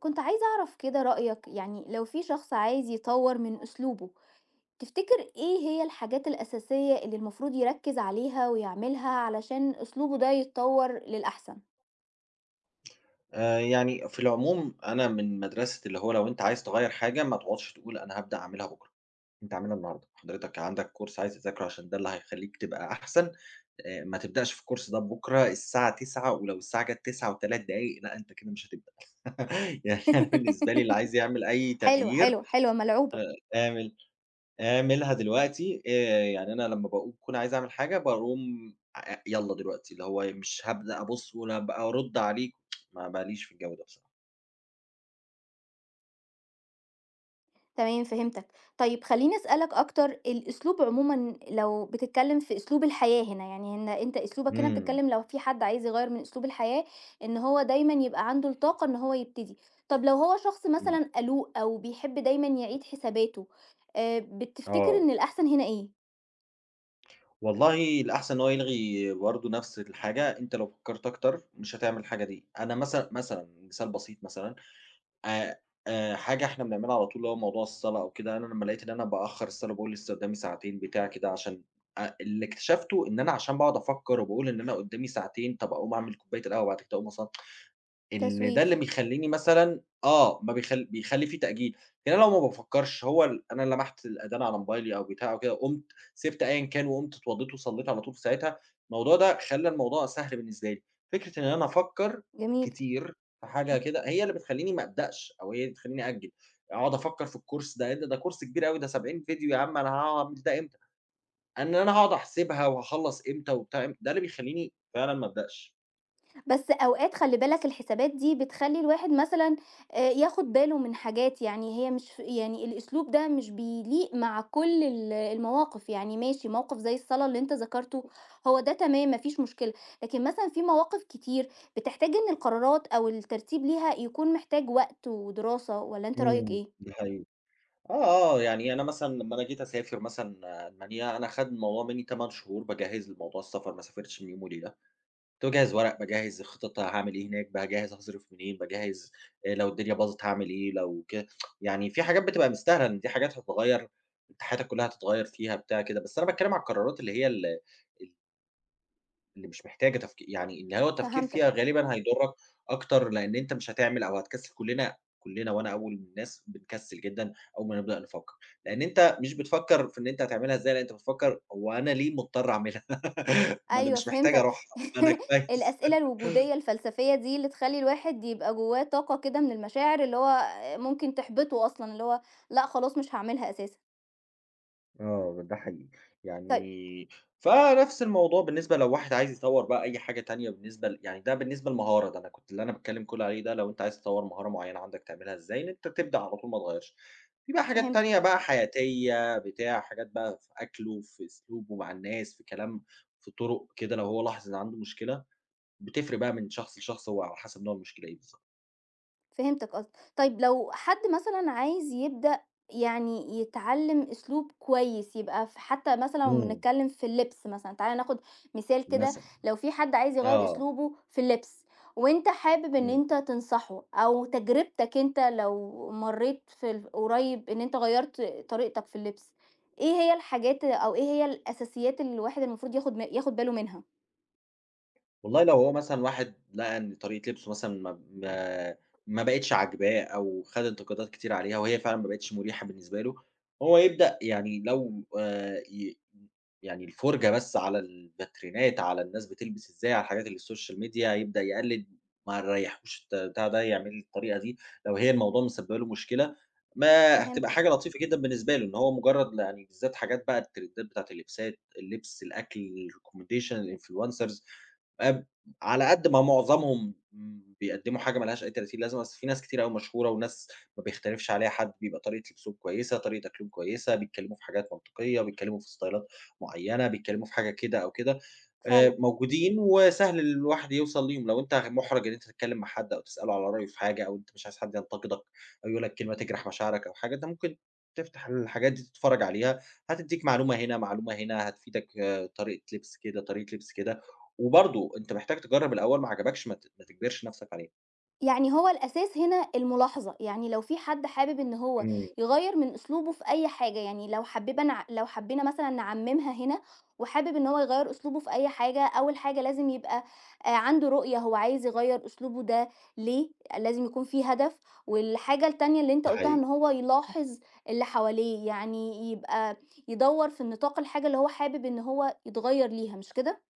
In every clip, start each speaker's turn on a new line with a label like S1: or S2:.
S1: كنت عايزة أعرف كده رأيك لو في شخص عايز يطور من أسلوبه تفتكر إيه هي الحاجات الأساسية اللي المفروض يركز عليها ويعملها علشان أسلوبه ده يتطور للأحسن؟
S2: يعني في العموم أنا من مدرسة اللي هو لو أنت عايز تغيّر حاجة ما تقعدش تقول أنا هابدأ أعملها بكرة، أنت اعملها النهارده، حضرتك عندك كورس عايز تذاكره عشان ده اللي هيخلّيك تبقى أحسن، ما تبدأش في الكورس ده بكرة الساعة 09:00 ولو الساعة جات 09:03 لأ أنت كده مش هتبدأ. يعني أنا بالنسبة لي اللي عايز يعمل أي
S1: حلوة
S2: تغيير
S1: حلوة حلوة ملعوبة.
S2: اعمل اعملها دلوقتي، يعني أنا لمّا باقوم باكون عايز أعمل حاجة باقوم يالّا دلوقتي، اللي هو مش هابدأ أبُص ولا هابقى أرُد عليك ما ليش في الجو ده بصراحة.
S1: تمام فهمتك. طيب خلّيني أسألك أكتر، الأسلوب عمومًا لو بتتكلم في أسلوب الحياة هنا، يعني إن أنت أسلوبك هنا
S2: إمم،
S1: بتتكلم لو في حد عايز يغيّر من أسلوب الحياة، إن هو دايمًا يبقى عنده الطاقة إن هو يبتدي. طب لو هو شخص
S2: إمم.
S1: مثلًا قلوق أو بيحب دايمًا يعيد حساباته، بتفتكر إن
S2: آه.
S1: الأحسن هنا إيه؟
S2: والله الأحسن إن هو يلغي برضه نفس الحاجة، أنت لو فكّرت أكتر مش هتعمل الحاجة دي. أنا مثلًا مثال بسيط مثلًا، آآ حاجة إحنا بنعملها على طول اللي هو موضوع الصلاة أو كده، أنا لمّا لقيت إن أنا بأخّر الصلاة باقول لسه قدّامي ساعتين بتاع كده عشان اللي اكتشفته إن أنا عشان باقعد أفكّر وباقول إن أنا قدّامي ساعتين، طَب أقوم أعمل كوباية القهوة، بعد كده أقوم أصل اللي ده
S1: تسويف.
S2: اللي بيخلّيني مثلًا آه، ما بيخلّي في تأجيل، لكن أنا لو ما بافكّرش هو ال أنا لمحت الأذان على موبايلي أو بتاع أو كده، قُمت سِبت أيًا كان وقُمت اتوضّيت وصلّيت على طول في ساعتها، الموضوع ده خلّى الموضوع سهل بالنسبة لي، فكرة إن أنا أفكّر
S1: جميل.
S2: كتير في حاجة
S1: إمم.
S2: كده هي اللي بتخلّيني ما أبدأش أو هي اللي بتخلّيني أأجّل، أقعد أفكّر في الكورس ده كورس كبير أوي ده 70 فيديو يا عم أنا هاقعد أعمل ده إمتى، إن أنا هاقعد أحسبها وهاخلّص إمتى وبتاع إمتى، ده اللي بيخلّيني فعلًا ما أبدأش.
S1: بس أوقات خلّي بالك الحسابات دي بتخلّي الواحد مثلًا ياخد باله من حاجات، يعني هي مش ف يعني الأسلوب ده مش بيليق مع كل المواقف، يعني ماشي موقف زي الصلاة اللي أنت ذكرته، هو ده تمام ما فيش مشكلة، لكن مثلًا في مواقف كتير بتحتاج إن القرارات أو الترتيب ليها يكون محتاج وقت ودراسة، والّا أنت رأيك
S2: إمم،
S1: إيه؟
S2: دي حقيقة. آه، آه، يعني أنا مثلًا لمّا أنا جيت أسافر مثلًا ألمانيا، أنا خَد الموضوع منّي 8 شهور باجهّز لموضوع السفر، ما سافرتش من يوم وليلة، كنت باجهّز ورق، باجهّز الخطط هاعمل إيه هناك، باجهّز هاصرف منين، باجهّز لو الدنيا باظت هاعمل إيه، لو كده يعني في حاجات بتبقى مستاهلة إن دي حاجات هتتغيّر، أنت حياتك كلّها هتتغيّر فيها بتاع كده، بس أنا باتكلّم على القرارات اللي هي ال ال اللي مش محتاجة تفكي يعني اللي هو التفكير فيها
S1: فهمتك.
S2: غالبًا هيضرك أكتر، لإن أنت مش هتعمل أو هتكسل كلنا وأنا أول من الناس بنكسل جدًا أول ما نبدأ نفكر، لإن أنت مش بتفكر في إن أنت هتعملها إزاي، لأ أنت بتفكر هو أنا ليه مضطر أعملها؟ ما أنا
S1: أيوه
S2: مش محتاج
S1: فهمتك.
S2: أروحها، ما أنا كويس.
S1: الأسئلة الوجودية الفلسفية دي اللي تخلّي الواحد يبقى جوّاه طاقة كده من المشاعر اللي هو ممكن تحبطه أصلًا، اللي هو لأ خلاص مش هاعملها أساسًا.
S2: آه، ده حقيقي.
S1: طيب
S2: يعني فنفس الموضوع بالنسبة لو واحد عايز يطوّر بقى أي حاجة تانية بالنسبة يعني ده بالنسبة للمهارة، ده أنا كنت اللي أنا باتكلّم كل عليه ده لو أنت عايز تطوّر مهارة معيّنة عندك تعملها إزاي، إن أنت تبدأ على طول ما تغيّرش. في بقى حاجات تانية
S1: فهمتك.
S2: بقى حياتية بتاع، حاجات بقى في أكله، في أسلوبه مع الناس، في كلام، في طُرق كده لو هو لاحظ إن عنده مشكلة، بتفرق بقى من شخص لشخص هو على حسب نوع المشكلة إيه بالضبط.
S1: فهمتك قصدك. طيب لو حد مثلًا عايز يبدأ يعني يتعلّم أسلوب كويس، يبقى ف حتى مثلًا لو
S2: إمم،
S1: بنتكلّم في اللبس مثلًا، تعالَ ناخد مثال كده،
S2: مثلًا.
S1: لو في حد عايز يغيّر
S2: آه،
S1: أسلوبه في اللبس وأنت حابب إن
S2: إمم.
S1: أنت تنصحه، أو تجربتك أنت لو مرّيت في ال قريب إن أنت غيّرت طريقتك في اللبس، إيه هي الحاجات أو إيه هي الأساسيات اللي الواحد المفروض ياخد باله منها؟
S2: والله لو هو مثلًا واحد لقى إن طريقة لبسه مثلًا ما بقِتش عاجباه أو خَد انتقادات كتير عليها وهي فعلًا ما بقِتش مُريحة بالنسبة له، هو يبدأ يعني لو ي يعني الفُرجة بس على الباترينات، على الناس بتلبس إزاي، على الحاجات اللي السوشيال ميديا، يبدأ يقلِّد ما يريّحوش بتاع ده، يعمل الطريقة دي، لو هي الموضوع مسبّبة له مشكلة، ما هتبقى حاجة
S1: فهمتك.
S2: لطيفة جدًا بالنسبة له، إن هو مُجرّد يعني بالذات حاجات بقى الترندات بتاعة اللبسات، اللبس، الأكل، الrecommendation، الinfluencers آآ على قد ما معظمهم بيقدّموا حاجة ما لهاش أي تماثيل لازمة، بس في ناس كتير أوي مشهورة وناس ما بيختلفش عليها حد، بيبقى طريقة لبسهم كويسة، طريقة أكلهم كويسة، بيتكلّموا في حاجات منطقية، بيتكلّموا في ستايلات معيّنة، بيتكلّموا في حاجة كده أو كده،
S1: فعلًا.
S2: موجودين وسهل الواحد يوصل ليهم، لو أنت مُحرَج إن أنت تتكلّم مع حد أو تسأله على رأيه في حاجة أو أنت مش عايز حد ينتقدك أو يقول لك كلمة تجرح مشاعرك أو حاجة، أنت ممكن تفتح الحاجات دي تتفرّج عليها، هتدّيك معلومة هنا، معلومة هنا، هتفيدك طريقة لبس كده، طريقة لبس كده. وبرضه أنت محتاج تجرّب الأول، ما عجبكش ما تجبرش نَفْسك عليه.
S1: يعني هو الأساس هنا الملاحظة، يعني لو في حد حابب إن هو
S2: إمم،
S1: يغيّر من أسلوبه في أي حاجة، يعني لو حبّيبة نع لو حبّينا مثلًا نعمّمها هنا وحابب إن هو يغيّر أسلوبه في أي حاجة، أول حاجة لازم يبقى عنده رؤية هو عايز يغيّر أسلوبه ده ليه، لازم يكون في هدف، والحاجة التانية اللي أنت
S2: ده
S1: قُلتها
S2: حقيقي.
S1: إن هو يلاحظ اللي حواليه، يعني يبقى يدوّر في النطاق الحاجة اللي هو حابب إن هو يتغيّر ليها، مش كده؟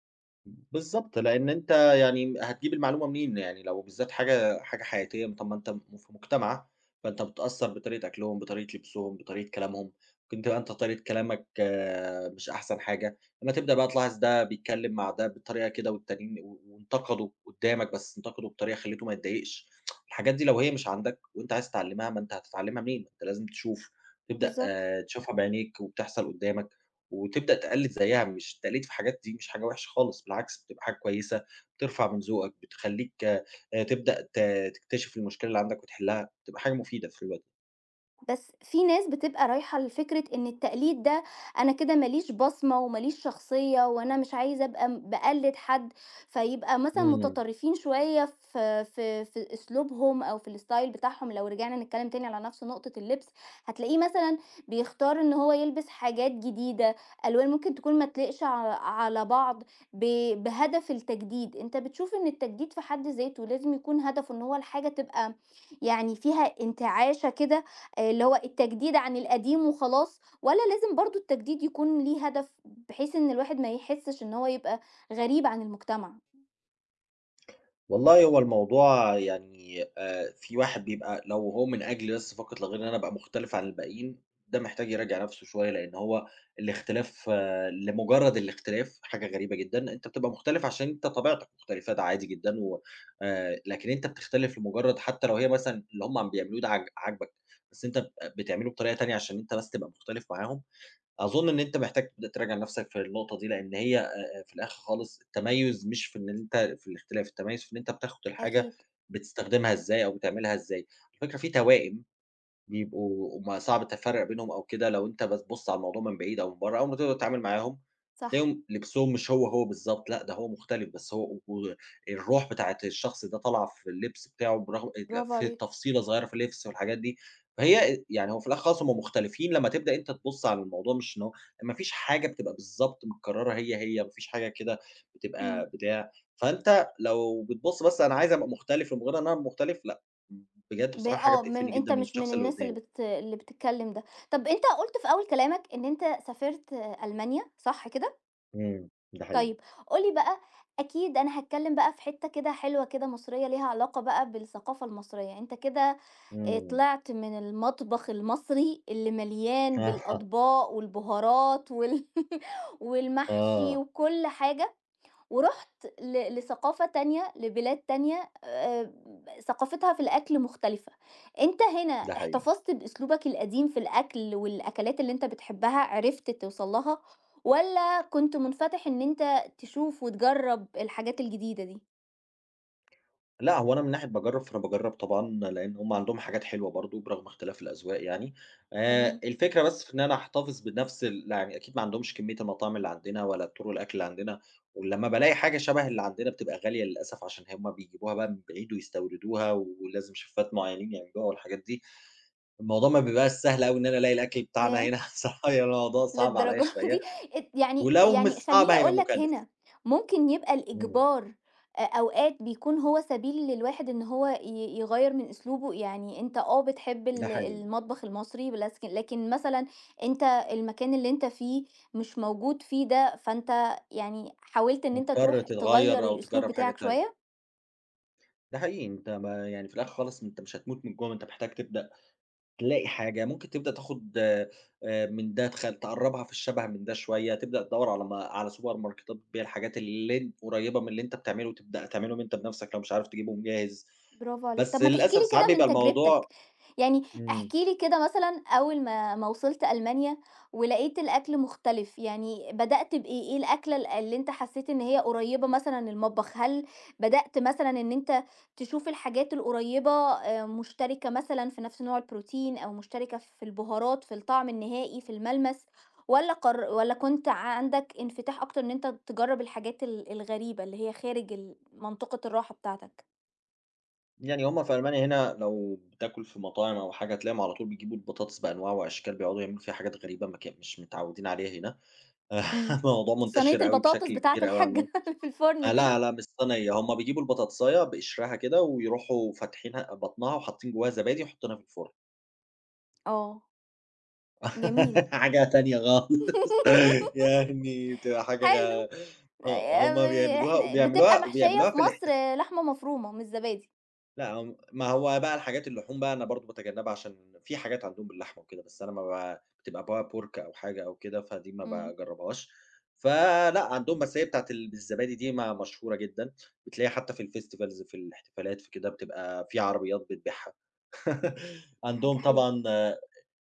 S2: بالضبط، لإن أنت يعني هتجيب المعلومة منين يعني لو بالذات حاجة حياتية طب ما أنت في مجتمع، فأنت بتأثّر بطريقة أكلهم، بطريقة لبسهم، بطريقة كلامهم، ممكن تبقى أنت طريقة كلامك آه، مش أحسن حاجة، لمّا تبدأ بقى تلاحظ ده بيتكلم مع ده بطريقة كده والتانيين وانتقدوا قدّامك بس انتقدوا بطريقة خلّيته ما يتضايقش، الحاجات دي لو هي مش عندك وأنت عايز تتعلمها ما أنت هتتعلمها منين؟ ما أنت لازم تشوف، تبدأ
S1: بالضبط.
S2: آه، تشوفها بعينيك وبتحصل قدّامك. وتبدأ تقلِّد زيّها، مش التقليد في الحاجات دي مش حاجة وِحشة خالص، بالعكس بتبقى حاجة كويسة، بترفع من ذوقك، بتخلّيك تبدأ تكتشف المشكلة اللي عندك وتحلّها، بتبقى حاجة مفيدة في الوقت ده.
S1: بس في ناس بتبقى رايحة لفكرة إن التقليد ده أنا كده ماليش بصمة وماليش شخصية وأنا مش عايزة أبقى بقلد حد، فيبقى مثلا
S2: إمم.
S1: متطرفين شوية في أسلوبهم أو في الستايل بتاعهم. لو رجعنا نتكلم تاني على نفس نقطة اللبس هتلاقيه مثلا بيختار إن هو يلبس حاجات جديدة، ألوان ممكن تكون ما تليقش على بعض بهدف التجديد. أنت بتشوف إن التجديد في حد ذاته لازم يكون هدفه إن هو الحاجة تبقى يعني فيها انتعاشة كده، اللي هو التجديد عن القديم وخلاص، والّا لازم برضه التجديد يكون ليه هدف، بحيث إن الواحد ما يحسّش إن هو يبقى غريب عن المجتمع؟
S2: والله هو الموضوع يعني في واحد بيبقى لو هو من أجل بس فقط لا غير إن أنا أبقى مختلف عن الباقيين، ده محتاج يراجع نفسه شوية، لإن هو الاختلاف آه، لمجرد الاختلاف حاجة غريبة جدًا، أنت بتبقى مختلف عشان أنت طبيعتك مختلفة ده عادي جدًا و لكن أنت بتختلف لمجرد حتى لو هي مثلًا اللي هم عم بيعملوه ده عاجبك، بس أنت بتبقى بتعمله بطريقة تانية عشان أنت بس تبقى مختلف معاهم، أظن إن أنت محتاج تبدأ تراجع نَفْسك في النقطة دي، لإن هي في الآخر خالص التميُّز مش في إن أنت في الاختلاف، التميُّز في إن أنت بتاخد الحاجة
S1: أكيد.
S2: بتستخدمها إزاي أو بتعملها إزاي. على فكرة في توائم بيبقوا ما صعب تفرّق بينهم أو كده لو أنت بتبُص على الموضوع من بعيد أو من برّه، أول ما تقعد تتعامل معاهم
S1: صح.
S2: تلاقيهم لبسهم مش هو، هو بالضبط، لأ ده هو مختلف، بس هو و الروح بتاعة الشخص ده طالعة في اللبس بتاعه برغم
S1: برافو
S2: في
S1: عليك.
S2: تفصيلة صغيّرة في اللبس والحاجات دي، فهي يعني هو في الآخر خالص هم مختلفين لمّا تبدأ أنت تبُص على الموضوع مش إن هو ما فيش حاجة بتبقى بالضبط متكرّرة هي، ما فيش حاجة كده
S1: إمم.
S2: بتبقى بتاع، فأنت لو بتبُص بس أنا عايز أبقى مختلف لمجرّد إن أنا مختلف لأ. بجد
S1: ب
S2: بصراحة حاجة
S1: آه، م
S2: بتقفلني
S1: أنت
S2: جدًا من
S1: مش من
S2: الشخص اللي
S1: الناس
S2: قدّامي.
S1: اللي بتتكلّم ده. طَب أنت قُلت في أول كلامك إن أنت سافرت آه، ألمانيا، صح كده؟
S2: إمم، ده حقيقي،
S1: طيب قُل لي بقى أكيد أنا هاتكلّم بقى في حتّة كده حلوة كده مصرية ليها علاقة بقى بالثقافة المصرية، أنت كده
S2: إمم،
S1: طلعت من المطبخ المصري اللي مليان بالأطباق والبهارات والمحشي
S2: آه،
S1: وكل حاجة ورُحت لثقافة تانية، لبلاد تانية، ثقافتها في الأكل مختلفة. أنت هنا
S2: ده حقيقي.
S1: احتفظت بأسلوبك القديم في الأكل والأكلات اللي أنت بتحبها، عرفت توصل لها، والّا كنت منفتح إن أنت تشوف وتجرّب الحاجات الجديدة دي؟
S2: لأ، هو أنا من ناحية باجرّب، فأنا باجرّب طبعًا لإن هُم عندهم حاجات حلوة برضه برغم اختلاف الأذواق يعني،
S1: تمام.
S2: الفكرة بس في إن أنا أحتفظ بنفس لا، يعني أكيد ما عندهمش كمية المطاعم اللي عندنا ولا طُرق الأكل اللي عندنا، ولمّا بالاقي حاجة شبه اللي عندنا بتبقى غالية للأسف عشان هُم بيجيبوها بقى من بعيد ويستوردوها ولازم شيفات معيّنين يعملوها والحاجات دي، الموضوع ما بيبقاش سهل أوي إن أنا ألاقي الأكل بتاعنا
S1: ياه!
S2: هنا، صراحة يعني الموضوع صعب عليّا
S1: للدرجة
S2: شوية.
S1: دي. ات يعني
S2: ولو مش
S1: يعني
S2: صعب
S1: خلّيني
S2: هيبقى
S1: أقول لك
S2: مكلّف.
S1: هنا، ممكن يبقى
S2: إمم،
S1: الإجبار أوقات بيكون هو سبيل للواحد إن هو يغيّر من أسلوبه، يعني أنت آه بتحب
S2: ده حقيقي، إمم.
S1: المطبخ المصري بلسك، لكن مثلًا أنت المكان اللي أنت فيه مش موجود فيه ده، فأنت يعني حاولت إن أنت
S2: مضطر
S1: تروح تغيّر
S2: تتغيّر أو
S1: الأسلوب
S2: تجرّب حاجة
S1: بتاعك
S2: تانية.
S1: شوية؟
S2: ده حقيقي أنت ما يعني في الآخر خالص أنت مش هتموت من الجوع، أنت محتاج تبدأ تلاقي حاجة ممكن تبدأ تاخد من ده تقرّبها في الشَبَه من ده شوية، تبدأ تدوّر على ما على سوبر ماركتات بتبيع الحاجات اللي قريّبة من اللي أنت بتعمله، تبدأ تعملهم أنت بنَفْسك لو مش عارف تجيبهم جاهز.
S1: برافو عليك. طب
S2: بس
S1: ما تحكي لي
S2: للأسف ساعات
S1: كده من
S2: بيبقى
S1: تجربتك،
S2: الموضوع
S1: يعني
S2: إمم.
S1: احكِ لي كده مثلًا أول ما وصلت ألمانيا ولقيت الأكل مختلف، يعني بدأت بإيه؟ إيه الأكلة اللي أنت حسيت إن هي قريبة مثلًا للمطبخ؟ هل بدأت مثلًا إن أنت تشوف الحاجات القريبة مشتركة مثلًا في نفس نوع البروتين، أو مشتركة في البهارات، في الطعم النهائي، في الملمس، والّا كنت عندك انفتاح أكتر إن أنت تجرب الحاجات الغريبة اللي هي خارج منطقة الراحة بتاعتك؟
S2: يعني هم في ألمانيا هنا لو بتاكل في مطاعم أو حاجة تلاقيهم على طول بيجيبوا البطاطس بأنواع وأشكال بيقعدوا يعملوا فيها حاجات غريبة ما كان مش متعودين عليها هنا
S1: إمم.
S2: الموضوع
S1: صينية
S2: منتشر أوي
S1: البطاطس
S2: بشكل
S1: بتاعة
S2: كبير أوي
S1: الحاجة
S2: عندهم
S1: اللي في
S2: آه،
S1: الفرن دي.
S2: لا، لا مش صينية هم بيجيبوا البطاطساية بقشرها كده ويروحوا فاتحينها بطنها وحاطين جواها زبادي وحاطينها في الفرن
S1: آه، جميل.
S2: حاجة تانية خالص يعني بتبقى حاجة
S1: حلو.
S2: آه، هم بيعملوها
S1: إحنا بتبقى
S2: وبيعملوها
S1: محشية
S2: وبيعملوها
S1: في
S2: في الاحتفالات
S1: مصر لحمة مفرومة مش زبادي.
S2: لأ، هم ما هو بقى الحاجات اللحوم بقى أنا برضه باتجنبها عشان في حاجات عندهم باللحمة وكده، بس أنا ما ب بتبقى بقى pork أو حاجة أو كده، فدي ما
S1: إمم،
S2: باجربهاش. فلأ، عندهم بس هي بتاعة بالزبادي دي ما مشهورة جدًا، بتلاقيها حتى في الfestivals في الاحتفالات في كده بتبقى في عربيات بتبيعها.
S1: دي حاجة
S2: عندهم
S1: حلوة.
S2: طبعًا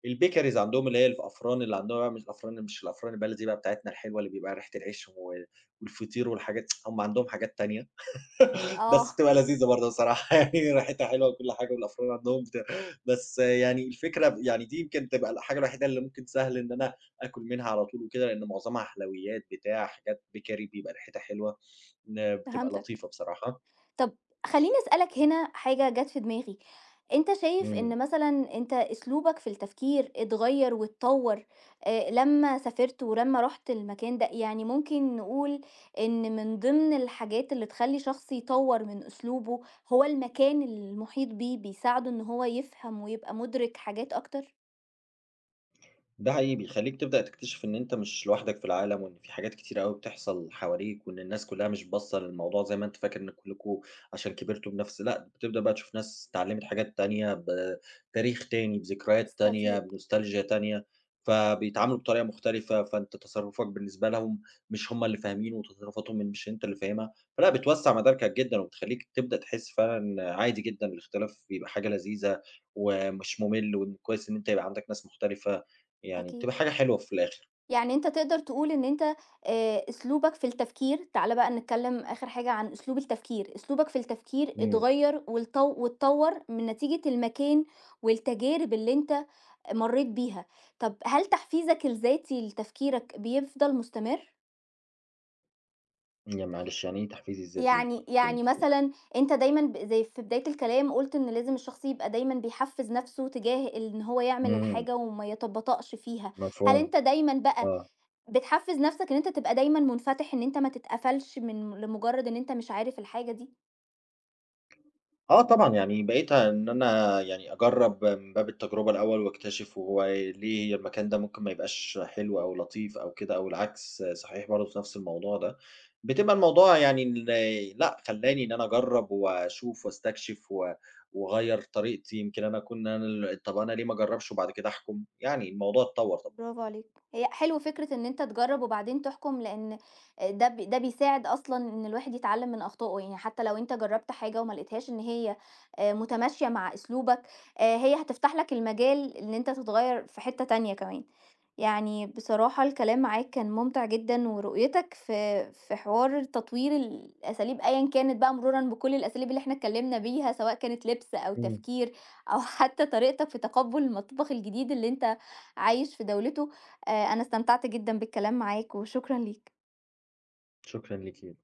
S2: الbakeries عندهم اللي هي الأفران اللي عندهم بقى مش الأفران مش الأفران البلدي بقى بتاعتنا الحلوة اللي بيبقى ريحة العيش و والفطير والحاجات هم عندهم حاجات تانية. بس
S1: آه،
S2: بتبقى لذيذة برضه بصراحة يعني ريحتها حلوة وكل حاجة والأفران عندهم بتاع بس يعني الفكرة يعني دي يمكن تبقى الحاجة الوحيدة اللي ممكن سهل إن أنا آكل منها على طول وكده لأن معظمها حلويات بتاع حاجات بيكري بيبقى ريحتها حلوة إن بتبقى
S1: فهمتك.
S2: لطيفة بصراحة.
S1: طب خلّيني أسألك هنا حاجة جات في دماغي، أنت شايف
S2: إمم.
S1: إن مثلًا أنت أسلوبك في التفكير اتغيّر واتطوّر لمّا سافرت ولمّا رُحت المكان ده؟ يعني ممكن نقول إن من ضمن الحاجات اللي تخلّي شخص يطوّر من أسلوبه هو المكان اللي المحيط بيه، بيساعده إن هو يفهم ويبقى مُدرك حاجات أكتر؟
S2: ده حقيقي بيخلّيك تبدأ تكتشف إن أنت مش لوحدك في العالم، وإن في حاجات كتيرة أوي بتحصل حواليك، وإن الناس كلّها مش باصة للموضوع زي ما أنت فاكر إن كلّكم عشان كبرتوا بنفس لأ، بتبدأ بقى تشوف ناس اتعلّمت حاجات تانية، بتاريخ تاني، بذكريات تانية،
S1: استفيد.
S2: بنوستالجيا تانية، فبيتعاملوا بطريقة مختلفة، فأنت تصرُّفك بالنسبة لهم مش هم اللي فاهمينه، وتصرُّفاتهم مش أنت اللي فاهمها، فلأ بتوسّع مداركك جدًا، وبتخلّيك تبدأ تحس فعلًا إن عادي جدًا الاختلاف بيبقى حاجة لذيذة، ومش مُمِل، وإن كويس إن أنت يبقى عندك ناس مختلفة. يعني
S1: أكيد.
S2: بتبقى حاجة حلوة في الآخر.
S1: يعني أنت تقدر تقول إن أنت أسلوبك في التفكير، تعالَ بقى نتكلم آخر حاجة عن أسلوب التفكير، أسلوبك في التفكير
S2: إمم،
S1: اتغيّر واتطوّر من نتيجة المكان والتجارب اللي أنت مرّيت بيها. طب هل تحفيزك الذاتي لتفكيرك بيفضل مستمر؟
S2: يعني معلش يعني إيه تحفيزي الذاتي
S1: يعني
S2: للتفكير
S1: يعني
S2: المستمر؟
S1: مثلًا أنت دايمًا زي في بداية الكلام قُلت إن لازم الشخص يبقى دايمًا بيحفّز نَفْسه تجاه إن هو يعمل
S2: إمم،
S1: الحاجة وما يتبطأش فيها، هل
S2: مفهوم،
S1: أنت دايمًا بقى
S2: آه.
S1: بتحفّز نَفْسك إن أنت تبقى دايمًا مُنفتح، إن أنت ما تتقفلش من لمُجرّد إن أنت مش عارف الحاجة دي،
S2: آه طبعًا، يعني بقيت إن أنا يعني أجرّب من باب التجربة الأول وأكتشف هو ليه المكان ده ممكن ما يبقاش حلو أو لطيف أو كده أو العكس صحيح برضه في نفس الموضوع ده، بتبقى الموضوع يعني لأ، خلّاني إن أنا أجرّب وأشوف وأستكشف و وأغيّر طريقتي، يمكن أنا أكون أنا ال طَب أنا ليه ما أجرّبش وبعد كده أحكُم؟ يعني الموضوع اتطوّر طبعًا.
S1: برافو عليك. هي حلو فكرة إن أنت تجرّب وبعدين تحكُم، لإن ده ده بيساعد أصلًا إن الواحد يتعلّم من أخطائه، يعني حتّى لو أنت جرّبت حاجة وما لقيتهاش إن هي متماشية مع أسلوبك، هي هتفتح لك المجال إن أنت تتغيّر في حتّة تانية كمان. يعني بصراحة الكلام معاك كان ممتع جدًا، ورؤيتك في حوار تطوير الأساليب أيًا كانت بقى، مرورًا بكل الأساليب اللي إحنا اتكلمنا بيها، سواء كانت لبس أو
S2: إمم،
S1: تفكير أو حتى طريقتك في تقبُّل المطبخ الجديد اللي أنت عايش في دولته، أنا استمتعت جدًا بالكلام معاك وشكرًا ليك.
S2: شكرًا ليكِ.